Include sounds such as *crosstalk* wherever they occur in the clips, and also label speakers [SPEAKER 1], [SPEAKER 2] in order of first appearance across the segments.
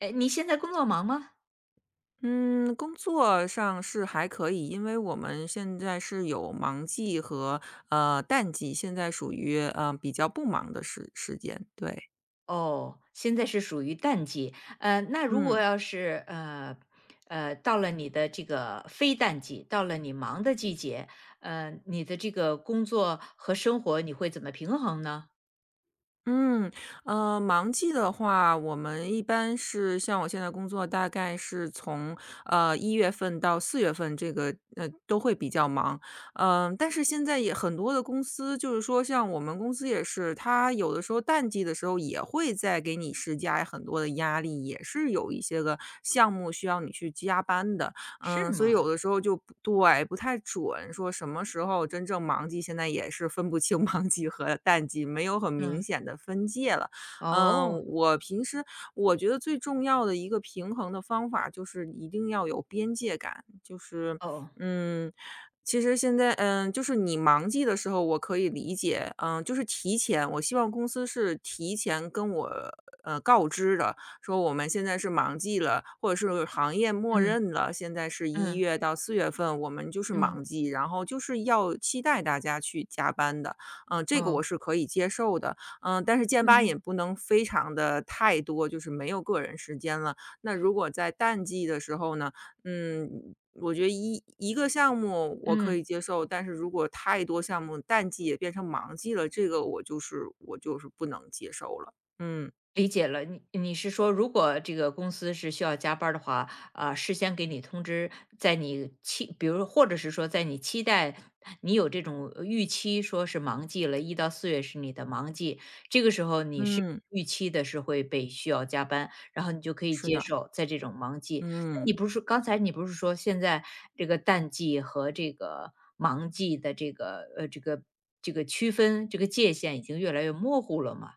[SPEAKER 1] 哎，你现在工作忙吗？
[SPEAKER 2] 嗯，工作上是还可以，因为我们现在是有忙季和淡季，现在属于比较不忙的时间，对，
[SPEAKER 1] 哦，现在是属于淡季。那如果
[SPEAKER 2] 嗯。
[SPEAKER 1] 要是到了你的这个非淡季，到了你忙的季节，你的这个工作和生活你会怎么平衡呢？
[SPEAKER 2] 嗯，忙季的话，我们一般是像我现在工作，大概是从1月份到4月份，这个都会比较忙。嗯、但是现在也很多的公司，就是说像我们公司也是，它有的时候淡季的时候也会再给你施加很多的压力，也是有一些个项目需要你去加班的。
[SPEAKER 1] 是
[SPEAKER 2] 嗯，所以
[SPEAKER 1] 吗？
[SPEAKER 2] 有的时候就不对，不太准，说什么时候真正忙季，现在也是分不清 *laughs* 忙季和淡季，没有很明
[SPEAKER 1] 嗯，
[SPEAKER 2] 显的分界了。嗯，
[SPEAKER 1] 哦
[SPEAKER 2] 我平时我觉得最重要的一个平衡的方法，就是一定要有边界感，就是
[SPEAKER 1] 哦，
[SPEAKER 2] 嗯。其实现在，嗯，就是你忙季的时候，我可以理解，嗯，就是提前，我希望公司是提前跟我告知的，说我们现在是忙季了，或者是行业默
[SPEAKER 1] 嗯
[SPEAKER 2] 认了，现在是一
[SPEAKER 1] 嗯
[SPEAKER 2] 月到四月份，我们就是
[SPEAKER 1] 嗯
[SPEAKER 2] 忙季，然后就是要期待大家去加班的，嗯，这
[SPEAKER 1] 嗯，
[SPEAKER 2] 个我
[SPEAKER 1] 哦，
[SPEAKER 2] 是可以接受的，嗯，但是建班也
[SPEAKER 1] 嗯
[SPEAKER 2] 不能非常的太多，就是没有个人时间了。那如果在淡季的时候呢，嗯，我觉得一个项目我可
[SPEAKER 1] 嗯。
[SPEAKER 2] 以接受，但是如果太多项目淡季也变成忙季了，这个我就是不能接受了。嗯
[SPEAKER 1] 理解了，你是说，如果这个公司是需要加班儿的话，啊，事先给你通知，在你期，比如说或者是说，在你期待你有这种预期，说是忙季了，1到4月是你的忙季，这个时候你是
[SPEAKER 2] 嗯，
[SPEAKER 1] 预期的是会被需要加班，然后你就可以
[SPEAKER 2] 是
[SPEAKER 1] 接
[SPEAKER 2] 的。
[SPEAKER 1] 受在这种忙季。那
[SPEAKER 2] 嗯，
[SPEAKER 1] 你不是刚才你不是说现在这个淡季和这个忙季的这个区分这个界限已经越来越模糊了吗？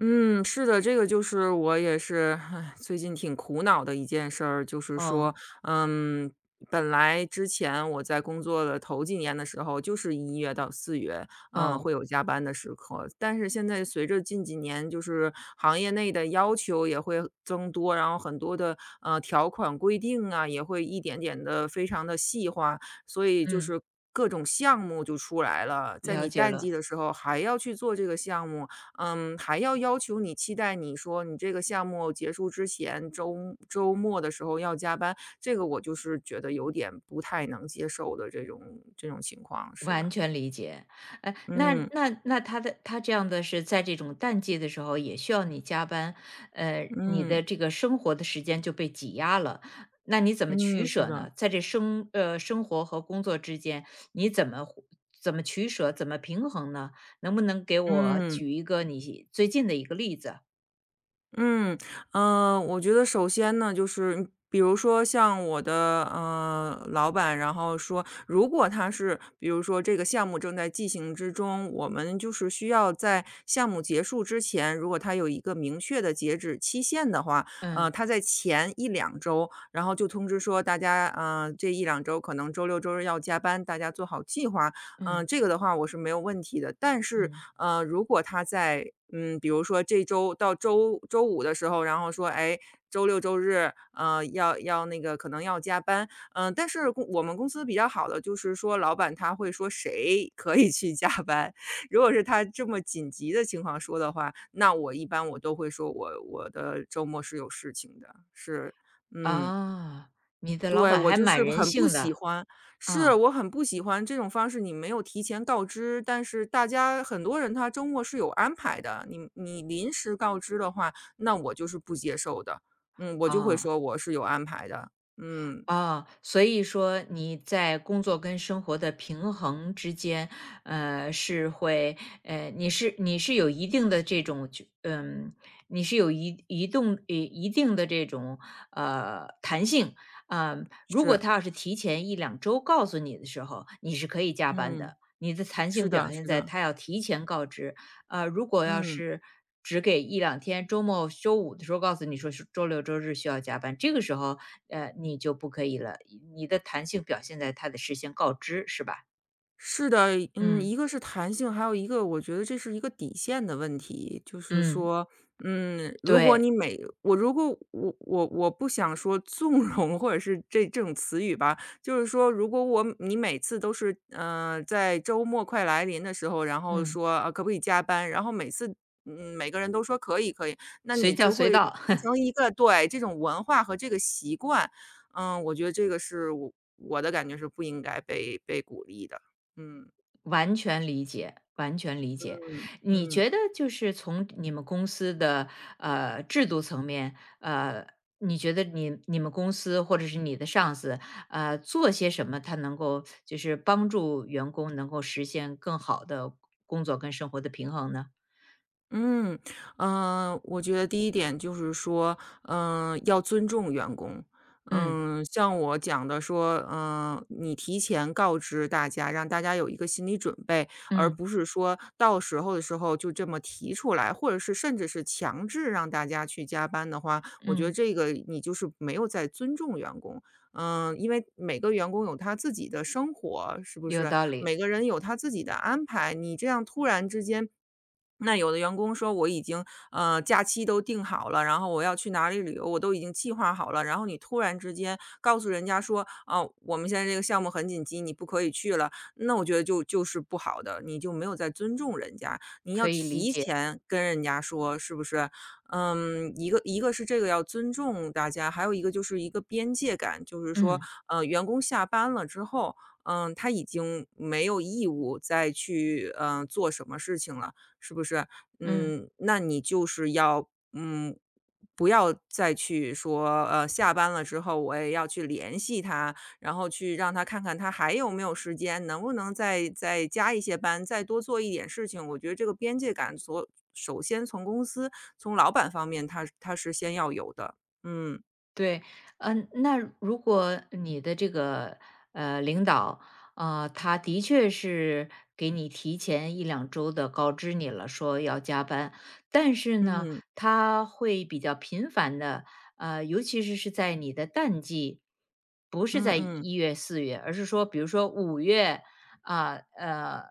[SPEAKER 2] 嗯，是的，这个就是我也是，唉最近挺苦恼的一件事儿，就是
[SPEAKER 1] 哦
[SPEAKER 2] 说，嗯，本来之前我在工作的头几年的时候，就是一月到四月，嗯，
[SPEAKER 1] 哦，
[SPEAKER 2] 会有加班的时刻，但是现在随着近几年就是行业内的要求也会增多，然后很多的，条款规定啊，也会一点点的非常的细化，所以就
[SPEAKER 1] 嗯，
[SPEAKER 2] 是各种项目就出来了，在
[SPEAKER 1] 了
[SPEAKER 2] 你
[SPEAKER 1] 解
[SPEAKER 2] 淡季
[SPEAKER 1] 了，
[SPEAKER 2] 的时候还要去做这个项目，嗯，还要要求你期待你说你这个项目结束之前，周末的时候要加班，这个我就是觉得有点不太能接受的这种情况，是
[SPEAKER 1] 完
[SPEAKER 2] 的，
[SPEAKER 1] 全理解。哎，那
[SPEAKER 2] 嗯
[SPEAKER 1] 那那他这样的是在这种淡季的时候也需要你加班，你
[SPEAKER 2] 嗯
[SPEAKER 1] 的这个生活的时间就被挤压了，那你怎么取
[SPEAKER 2] 嗯，是
[SPEAKER 1] 舍
[SPEAKER 2] 的，
[SPEAKER 1] 呢？在这生活和工作之间，你怎么取舍，怎么平衡呢？能不能给我
[SPEAKER 2] 嗯。
[SPEAKER 1] 举一个你最近的一个例子？
[SPEAKER 2] 嗯，我觉得首先呢，就是比如说像我的老板，然后说，如果他是比如说这个项目正在进行之中，我们就是需要在项目结束之前，如果他有一个明确的截止期限的话，
[SPEAKER 1] 嗯
[SPEAKER 2] 他在前一两周，然后就通知说大家，这一两周可能周六周日要加班，大家做好计划，嗯、
[SPEAKER 1] 嗯
[SPEAKER 2] 这个的话我是没有问题的。但是
[SPEAKER 1] 嗯，
[SPEAKER 2] 如果他在比如说这周到周五的时候，然后说，哎，周六周日，要那个可能要加班，嗯、但是我们公司比较好的就是说，老板他会说谁可以去加班，*laughs* 如果是他这么紧急的情况说的话，那我一般都会说我的周末是有事情的，是嗯。
[SPEAKER 1] 啊，你的老
[SPEAKER 2] 对，
[SPEAKER 1] 板
[SPEAKER 2] 我
[SPEAKER 1] 还
[SPEAKER 2] 就
[SPEAKER 1] 蛮
[SPEAKER 2] 是
[SPEAKER 1] 人
[SPEAKER 2] 很不
[SPEAKER 1] 性
[SPEAKER 2] 喜
[SPEAKER 1] 的，
[SPEAKER 2] 欢，是，
[SPEAKER 1] 啊
[SPEAKER 2] 我很不喜欢这种方式，你没有提前告知，但是大家很多人他周末是有安排的，你临时告知的话，那我就是不接受的。嗯，我就会
[SPEAKER 1] 啊。
[SPEAKER 2] 说我是有安排的，嗯，
[SPEAKER 1] 啊，所以说你在工作跟生活的平衡之间，是会，你是有一定的这种就，嗯，你是有一一动一一定的这种弹性，啊。如果
[SPEAKER 2] 是，
[SPEAKER 1] 他要是提前一两周告诉你的时候，你是可以加班
[SPEAKER 2] 嗯，
[SPEAKER 1] 的，你的弹
[SPEAKER 2] 是
[SPEAKER 1] 性表
[SPEAKER 2] 的
[SPEAKER 1] 现
[SPEAKER 2] 是
[SPEAKER 1] 在
[SPEAKER 2] 的，
[SPEAKER 1] 他要提前告知，如果要
[SPEAKER 2] 嗯。
[SPEAKER 1] 是只给一两天，周末、周五的时候告诉你说是周六、周日需要加班，这个时候你就不可以了。你的弹性表现在他的事先告知，是吧？
[SPEAKER 2] 是的，嗯，
[SPEAKER 1] 嗯
[SPEAKER 2] 一个是弹性，还有一个我觉得这是一个底线的问题。就是
[SPEAKER 1] 嗯，
[SPEAKER 2] 说，嗯，如果
[SPEAKER 1] 对，
[SPEAKER 2] 你每我如果我我我不想说纵容或者是这种词语吧，就是说如果你每次都是，在周末快来临的时候，然后
[SPEAKER 1] 嗯
[SPEAKER 2] 说，啊，可不可以加班，然后每次，嗯，每个人都说可以可以，那
[SPEAKER 1] 随
[SPEAKER 2] 你
[SPEAKER 1] 叫
[SPEAKER 2] 就
[SPEAKER 1] 随
[SPEAKER 2] 会
[SPEAKER 1] 到，
[SPEAKER 2] 形
[SPEAKER 1] *laughs*
[SPEAKER 2] 成一个对，这种文化和这个习惯。嗯，我觉得这个是我的感觉是不应该被鼓励的。嗯
[SPEAKER 1] 完全理解，完全理解。
[SPEAKER 2] 嗯
[SPEAKER 1] 你
[SPEAKER 2] 嗯
[SPEAKER 1] 觉得就是从你们公司的制度层面，你觉得你们公司或者是你的上司，做些什么，他能够就是帮助员工能够实现更好的工作跟生活的平衡呢？
[SPEAKER 2] 嗯，我觉得第一点就是说，嗯、要尊重员工。
[SPEAKER 1] 嗯，
[SPEAKER 2] 嗯，像我讲的说，嗯、你提前告知大家，让大家有一个心理准备，而
[SPEAKER 1] 嗯嗯
[SPEAKER 2] 不是说到时候的时候就这么提出来，或者是甚至是强制让大家去加班的话，我觉得
[SPEAKER 1] 嗯
[SPEAKER 2] 这个你就是没有在尊重员工。嗯，因为每个员工有他自己的生活，是不
[SPEAKER 1] 有
[SPEAKER 2] 是？
[SPEAKER 1] 道理，
[SPEAKER 2] 每个人有他自己的安排，你这样突然之间那有的员工说我已经，假期都定好了，然后我要去哪里旅游，我都已经计划好了。然后你突然之间告诉人家说：“啊，我们现在这个项目很紧急，你不可以去了。”那我觉得就就是不好的，你就没有在尊重人家。你要
[SPEAKER 1] 可以理
[SPEAKER 2] 提
[SPEAKER 1] 解。
[SPEAKER 2] 前跟人家说，是不是？嗯，一个是这个要尊重大家，还有一个就是一个边界感，就是说，
[SPEAKER 1] 嗯
[SPEAKER 2] 呃，员工下班了之后，嗯，他已经没有义务再去做什么事情了，是不是？
[SPEAKER 1] 嗯，
[SPEAKER 2] 嗯，那你就是要，嗯，不要再去说，下班了之后我也要去联系他，然后去让他看看他还有没有时间，能不能再加一些班，再多做一点事情。我觉得这个边界感所首先从公司从老板方面他是先要有的。嗯，
[SPEAKER 1] 对，嗯，那如果你的这个领导，他的确是给你提前一两周的告知你了，说要加班，但是呢，
[SPEAKER 2] 嗯，
[SPEAKER 1] 他会比较频繁的，尤其是在你的淡季，不是
[SPEAKER 2] 嗯
[SPEAKER 1] 在
[SPEAKER 2] 嗯，
[SPEAKER 1] 1月、4月，而是说，比如说五月，啊，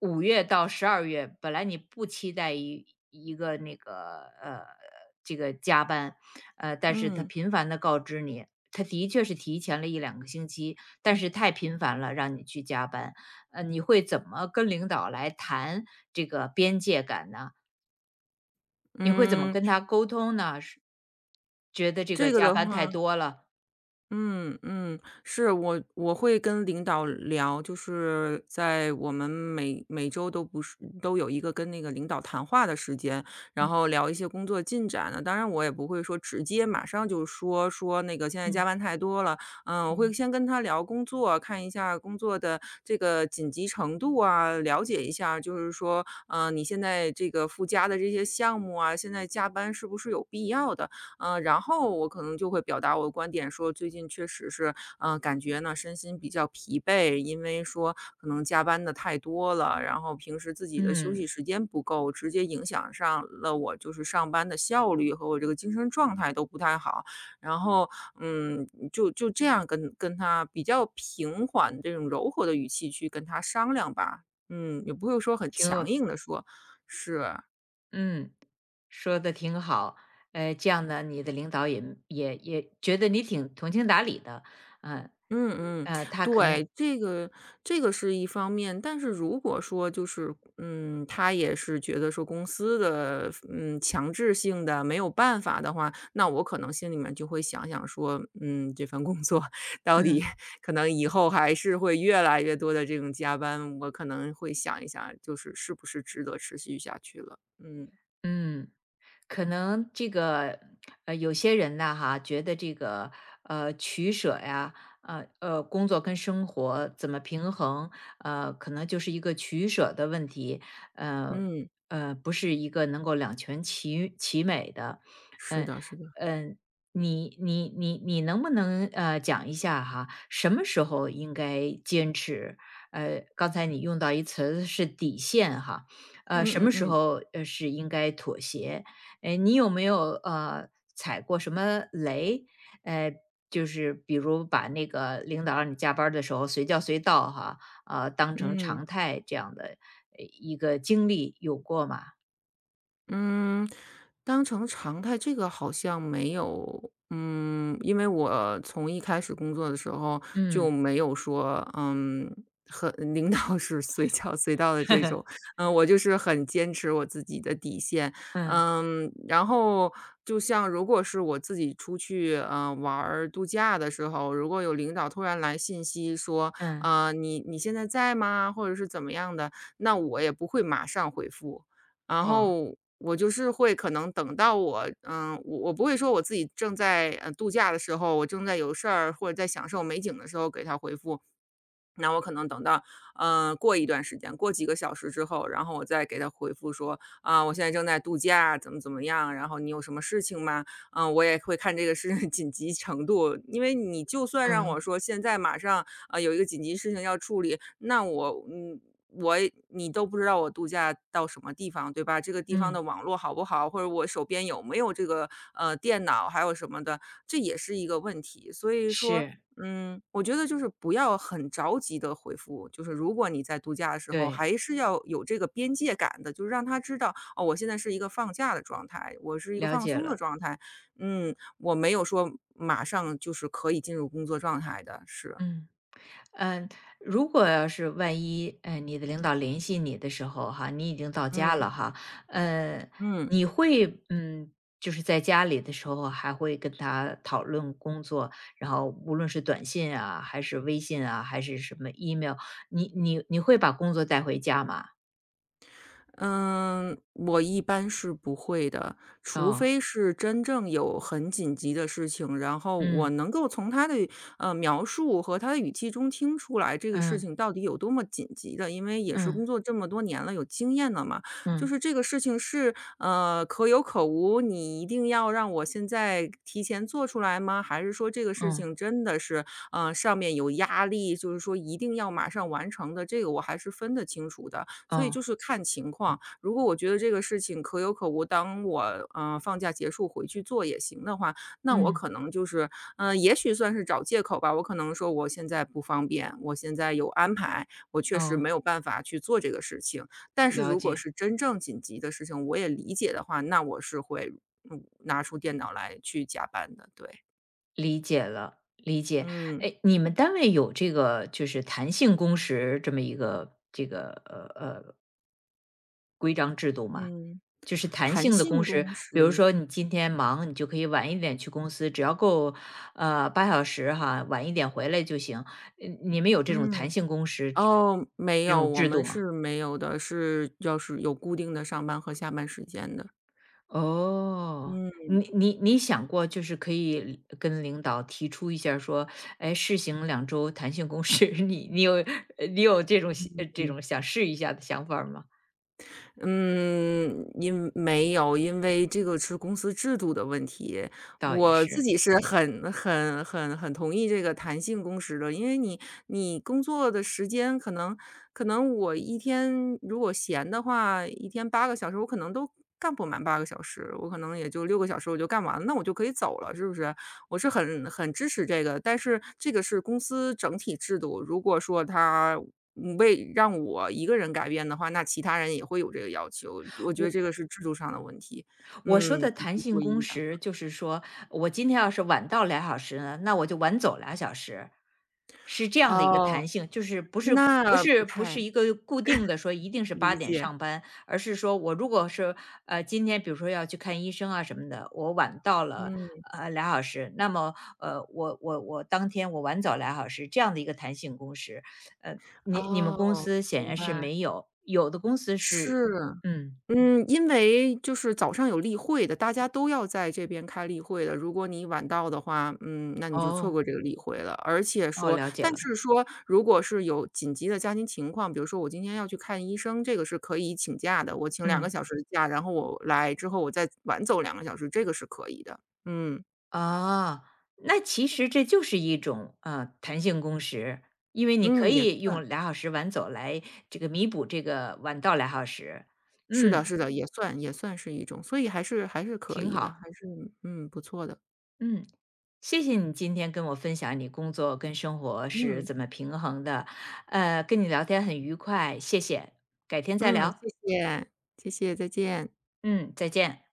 [SPEAKER 1] 5月到12月，本来你不期待一个那个这个加班，但是他
[SPEAKER 2] 嗯，
[SPEAKER 1] 频繁的告知你，他的确是提前了一两个星期，但是太频繁了，让你去加班，你会怎么跟领导来谈这个边界感呢？你会怎么
[SPEAKER 2] 嗯，
[SPEAKER 1] 跟他沟通呢？是觉得这个
[SPEAKER 2] 这个
[SPEAKER 1] 加
[SPEAKER 2] 的
[SPEAKER 1] 班
[SPEAKER 2] 话
[SPEAKER 1] 太多了，
[SPEAKER 2] 嗯嗯，是，我会跟领导聊，就是在我们每周都不是都有一个跟那个领导谈话的时间，然
[SPEAKER 1] 嗯
[SPEAKER 2] 后聊一些工作进展呢。当然，我也不会说直接马上就说那个现在加
[SPEAKER 1] 嗯
[SPEAKER 2] 班太多了，嗯，我会
[SPEAKER 1] 嗯
[SPEAKER 2] 先跟他聊工作，看一下工作的这个紧急程度啊，了解一下，就是说，嗯、你现在这个附加的这些项目啊，现在加班是不是有必要的？嗯然后我可能就会表达我的观点，说最近确实是，嗯，感觉呢身心比较疲惫，因为说可能加班的太多了，然后平时自己的休息
[SPEAKER 1] 嗯，
[SPEAKER 2] 时间不够，直接影响上了我就是上班的效率和我这个精神状态都不太好。然后，嗯，就这样跟他比较平缓这种柔和的语气去跟他商量吧，嗯，也不会说很
[SPEAKER 1] 挺
[SPEAKER 2] 强
[SPEAKER 1] 有
[SPEAKER 2] 硬的说，是。
[SPEAKER 1] 嗯。说的挺好，这样呢，你的领导也觉得你挺通情达理的，嗯
[SPEAKER 2] 嗯嗯，
[SPEAKER 1] 他可能
[SPEAKER 2] 对，这个是一方面，但是如果说就是，嗯，他也是觉得说公司的，嗯，强制性的没有办法的话，那我可能心里面就会想想说，嗯，这份工作到底
[SPEAKER 1] 嗯，
[SPEAKER 2] 可能以后还是会越来越多的这种加班，我可能会想一想，就是是不是值得持续下去了。嗯。
[SPEAKER 1] 嗯。可能这个有些人呢哈，觉得这个取舍呀，工作跟生活怎么平衡，可能就是一个取舍的问题，呃
[SPEAKER 2] 嗯，
[SPEAKER 1] 不是一个能够两全其美的，
[SPEAKER 2] 是
[SPEAKER 1] 嗯，
[SPEAKER 2] 的，是的，
[SPEAKER 1] 嗯，你能不能讲一下哈，什么时候应该坚持？刚才你用到一词是底线哈，什
[SPEAKER 2] 嗯嗯
[SPEAKER 1] 么时
[SPEAKER 2] 嗯，
[SPEAKER 1] 候是应该妥协？哎，你有没有踩过什么雷？呃，就是比如把那个领导让你加班儿的时候随叫随到哈，啊，当成
[SPEAKER 2] 嗯。
[SPEAKER 1] 常态这样的一个经历有过吗？
[SPEAKER 2] 嗯，当成常态，这个好像没有。嗯，因为我从一开始工作的时候就
[SPEAKER 1] 嗯
[SPEAKER 2] 没有说，嗯，很领导是随叫随到的这种，
[SPEAKER 1] *laughs*，
[SPEAKER 2] 嗯，我就是很坚持我自己的底线，
[SPEAKER 1] 嗯
[SPEAKER 2] 嗯，然后就像如果是我自己出去，嗯，玩儿度假的时候，如果有领导突然来信息说，
[SPEAKER 1] 嗯，
[SPEAKER 2] 呃，你现在在吗？或者是怎么样的，那我也不会马上回复，然
[SPEAKER 1] 哦，
[SPEAKER 2] 后我就是会可能等到我，我不会说我自己正在度假的时候，我正在有事儿或者在享受美景的时候给他回复，那我可能等到，过一段时间，过几个小时之后，然后我再给他回复说，啊，我现在正在度假，怎么怎么样，然后你有什么事情吗？我也会看这个事情紧急程度，因为你就算让
[SPEAKER 1] 嗯
[SPEAKER 2] 我说现在马上有一个紧急事情要处理，那我。我也你都不知道我度假到什么地方，对吧？这个地方的
[SPEAKER 1] 嗯，
[SPEAKER 2] 网络好不好，或者我手边有没有这个电脑，还有什么的，这也是一个问题。所以说，
[SPEAKER 1] 是，
[SPEAKER 2] 我觉得就是不要很着急的回复，就是如果你在度假的时候，
[SPEAKER 1] 对，
[SPEAKER 2] 还是要有这个边界感的，就是让他知道哦，我现在是一个放假的状态，我是一个
[SPEAKER 1] 了
[SPEAKER 2] 放
[SPEAKER 1] 解
[SPEAKER 2] 松的
[SPEAKER 1] 了，
[SPEAKER 2] 状态，我没有说马上就是可以进入工作状态的，是，
[SPEAKER 1] 嗯。嗯，如果要是万一，你的领导联系你的时候哈，你已经到家
[SPEAKER 2] 嗯，
[SPEAKER 1] 了哈，呃，
[SPEAKER 2] 嗯。
[SPEAKER 1] 你会就是在家里的时候还会跟他讨论工作，然后无论是短信啊，还是微信啊，还是什么 email，你会把工作带回家吗？
[SPEAKER 2] 嗯，我一般是不会的，除
[SPEAKER 1] 哦，
[SPEAKER 2] 非是真正有很紧急的事情，然后我
[SPEAKER 1] 嗯
[SPEAKER 2] 能够从他的描述和他的语气中听出来这个事
[SPEAKER 1] 嗯
[SPEAKER 2] 情到底有多么紧急的，因为也是工
[SPEAKER 1] 嗯
[SPEAKER 2] 作这么多年了，有经验了嘛，
[SPEAKER 1] 嗯
[SPEAKER 2] 就
[SPEAKER 1] 嗯
[SPEAKER 2] 是这个事情是可有可无，你一定要让我现在提前做出来吗？还是说这个事
[SPEAKER 1] 嗯
[SPEAKER 2] 情真的是上面有压力，就是说一定要马上完成的？这个我还是分得清楚的。所以
[SPEAKER 1] 哦
[SPEAKER 2] 就是看情况，如果我觉得这个事情可有可无，当我放假结束回去做也行的话，那我
[SPEAKER 1] 嗯
[SPEAKER 2] 可能就是，也许算是找借口吧。我可能说我现在不方便，我现在有安排，我确实
[SPEAKER 1] 哦，
[SPEAKER 2] 没有办法去做这个事情。但是
[SPEAKER 1] 了
[SPEAKER 2] 如果
[SPEAKER 1] 解。
[SPEAKER 2] 是真正紧急的事情，我也理解的话，那我是会拿出电脑来去加班的。对，
[SPEAKER 1] 理解了，理解。
[SPEAKER 2] 嗯
[SPEAKER 1] 哎，你们单位有这个就是弹性工时这么一个，就
[SPEAKER 2] 嗯，
[SPEAKER 1] 就是弹
[SPEAKER 2] 弹
[SPEAKER 1] 性的工
[SPEAKER 2] 性
[SPEAKER 1] 时，
[SPEAKER 2] 工
[SPEAKER 1] 比如
[SPEAKER 2] 时，
[SPEAKER 1] 说你今天忙，你就可以晚一点去公司，只要够8小时哈，晚一点回来就行。你们有这种弹
[SPEAKER 2] 嗯。
[SPEAKER 1] 性工时制
[SPEAKER 2] 哦，没
[SPEAKER 1] 这
[SPEAKER 2] 有，
[SPEAKER 1] 种
[SPEAKER 2] 我
[SPEAKER 1] 制度
[SPEAKER 2] 们
[SPEAKER 1] 吗？
[SPEAKER 2] 是没有的，是要是有固定的上班和下班时间的。
[SPEAKER 1] 哦，
[SPEAKER 2] 嗯。
[SPEAKER 1] 你想过就是可以跟领导提出一下儿说，哎，试行两周弹性工时，*laughs* 你有这种这种想试一下的想法儿吗？
[SPEAKER 2] 嗯，因没有，因为这个是公司制度的问题。
[SPEAKER 1] 倒也
[SPEAKER 2] 我自
[SPEAKER 1] 是，
[SPEAKER 2] 己是很同意这个弹性工时的，因为你工作的时间可能我一天如果闲的话，一天八个小时，我可能都干不满八个小时，我可能也就6个小时我就干完了，那我就可以走了，是不是？我是很支持这个，但是这个是公司整体制度，如果说他。为让我一个人改变的话，那其他人也会有这个要求，我觉得
[SPEAKER 1] 我
[SPEAKER 2] 这个是制度上的问题，
[SPEAKER 1] 我说的
[SPEAKER 2] 不
[SPEAKER 1] 弹
[SPEAKER 2] 是
[SPEAKER 1] 性
[SPEAKER 2] 说
[SPEAKER 1] 工
[SPEAKER 2] 一的。
[SPEAKER 1] 时就是说，我今天要是晚到俩小时呢，那我就晚走俩小时，是这样的一个
[SPEAKER 2] 哦，
[SPEAKER 1] 弹性，就是不是不
[SPEAKER 2] 那不
[SPEAKER 1] 是不是
[SPEAKER 2] 太
[SPEAKER 1] 一个固定的说一定是八
[SPEAKER 2] 理
[SPEAKER 1] 点
[SPEAKER 2] 解，
[SPEAKER 1] 上班，而是说我如果是今天比如说要去看医生啊什么的，我晚到了
[SPEAKER 2] 嗯，
[SPEAKER 1] 俩小时，那么我当天我晚走俩小时这样的一个弹性工时，呃你们
[SPEAKER 2] 哦，
[SPEAKER 1] 公司显
[SPEAKER 2] 明
[SPEAKER 1] 然是
[SPEAKER 2] 白，
[SPEAKER 1] 没有，有的公司是
[SPEAKER 2] 是。
[SPEAKER 1] 嗯
[SPEAKER 2] 因为就是早上有例会的，大家都要在这边开例会的。如果你晚到的话，那你就错
[SPEAKER 1] 哦。
[SPEAKER 2] 过这个例会了。而且
[SPEAKER 1] 哦，
[SPEAKER 2] 说，
[SPEAKER 1] 了解
[SPEAKER 2] 但
[SPEAKER 1] 了，
[SPEAKER 2] 是说，如果是有紧急的家庭情况，比如说我今天要去看医生，这个是可以请假的，我请两个
[SPEAKER 1] 嗯，
[SPEAKER 2] 小时的假，然后我来之后我再晚走两个小时，这个是可以的。嗯
[SPEAKER 1] 啊，那其实这就是一种弹性工时，因为你可
[SPEAKER 2] 嗯，也
[SPEAKER 1] 以
[SPEAKER 2] 算
[SPEAKER 1] 用俩小时晚走来这个弥补这个晚到俩小时，
[SPEAKER 2] 是的，
[SPEAKER 1] 嗯，
[SPEAKER 2] 是的，也算也算是一种，所以还是可
[SPEAKER 1] 挺
[SPEAKER 2] 以的，
[SPEAKER 1] 好，
[SPEAKER 2] 还是不错的。
[SPEAKER 1] 嗯，谢谢你今天跟我分享你工作跟生活是
[SPEAKER 2] 嗯
[SPEAKER 1] 怎么平衡的，跟你聊天很愉快，谢谢，改天再
[SPEAKER 2] 嗯，
[SPEAKER 1] 聊，
[SPEAKER 2] 谢谢谢谢，再见。
[SPEAKER 1] 嗯，再见。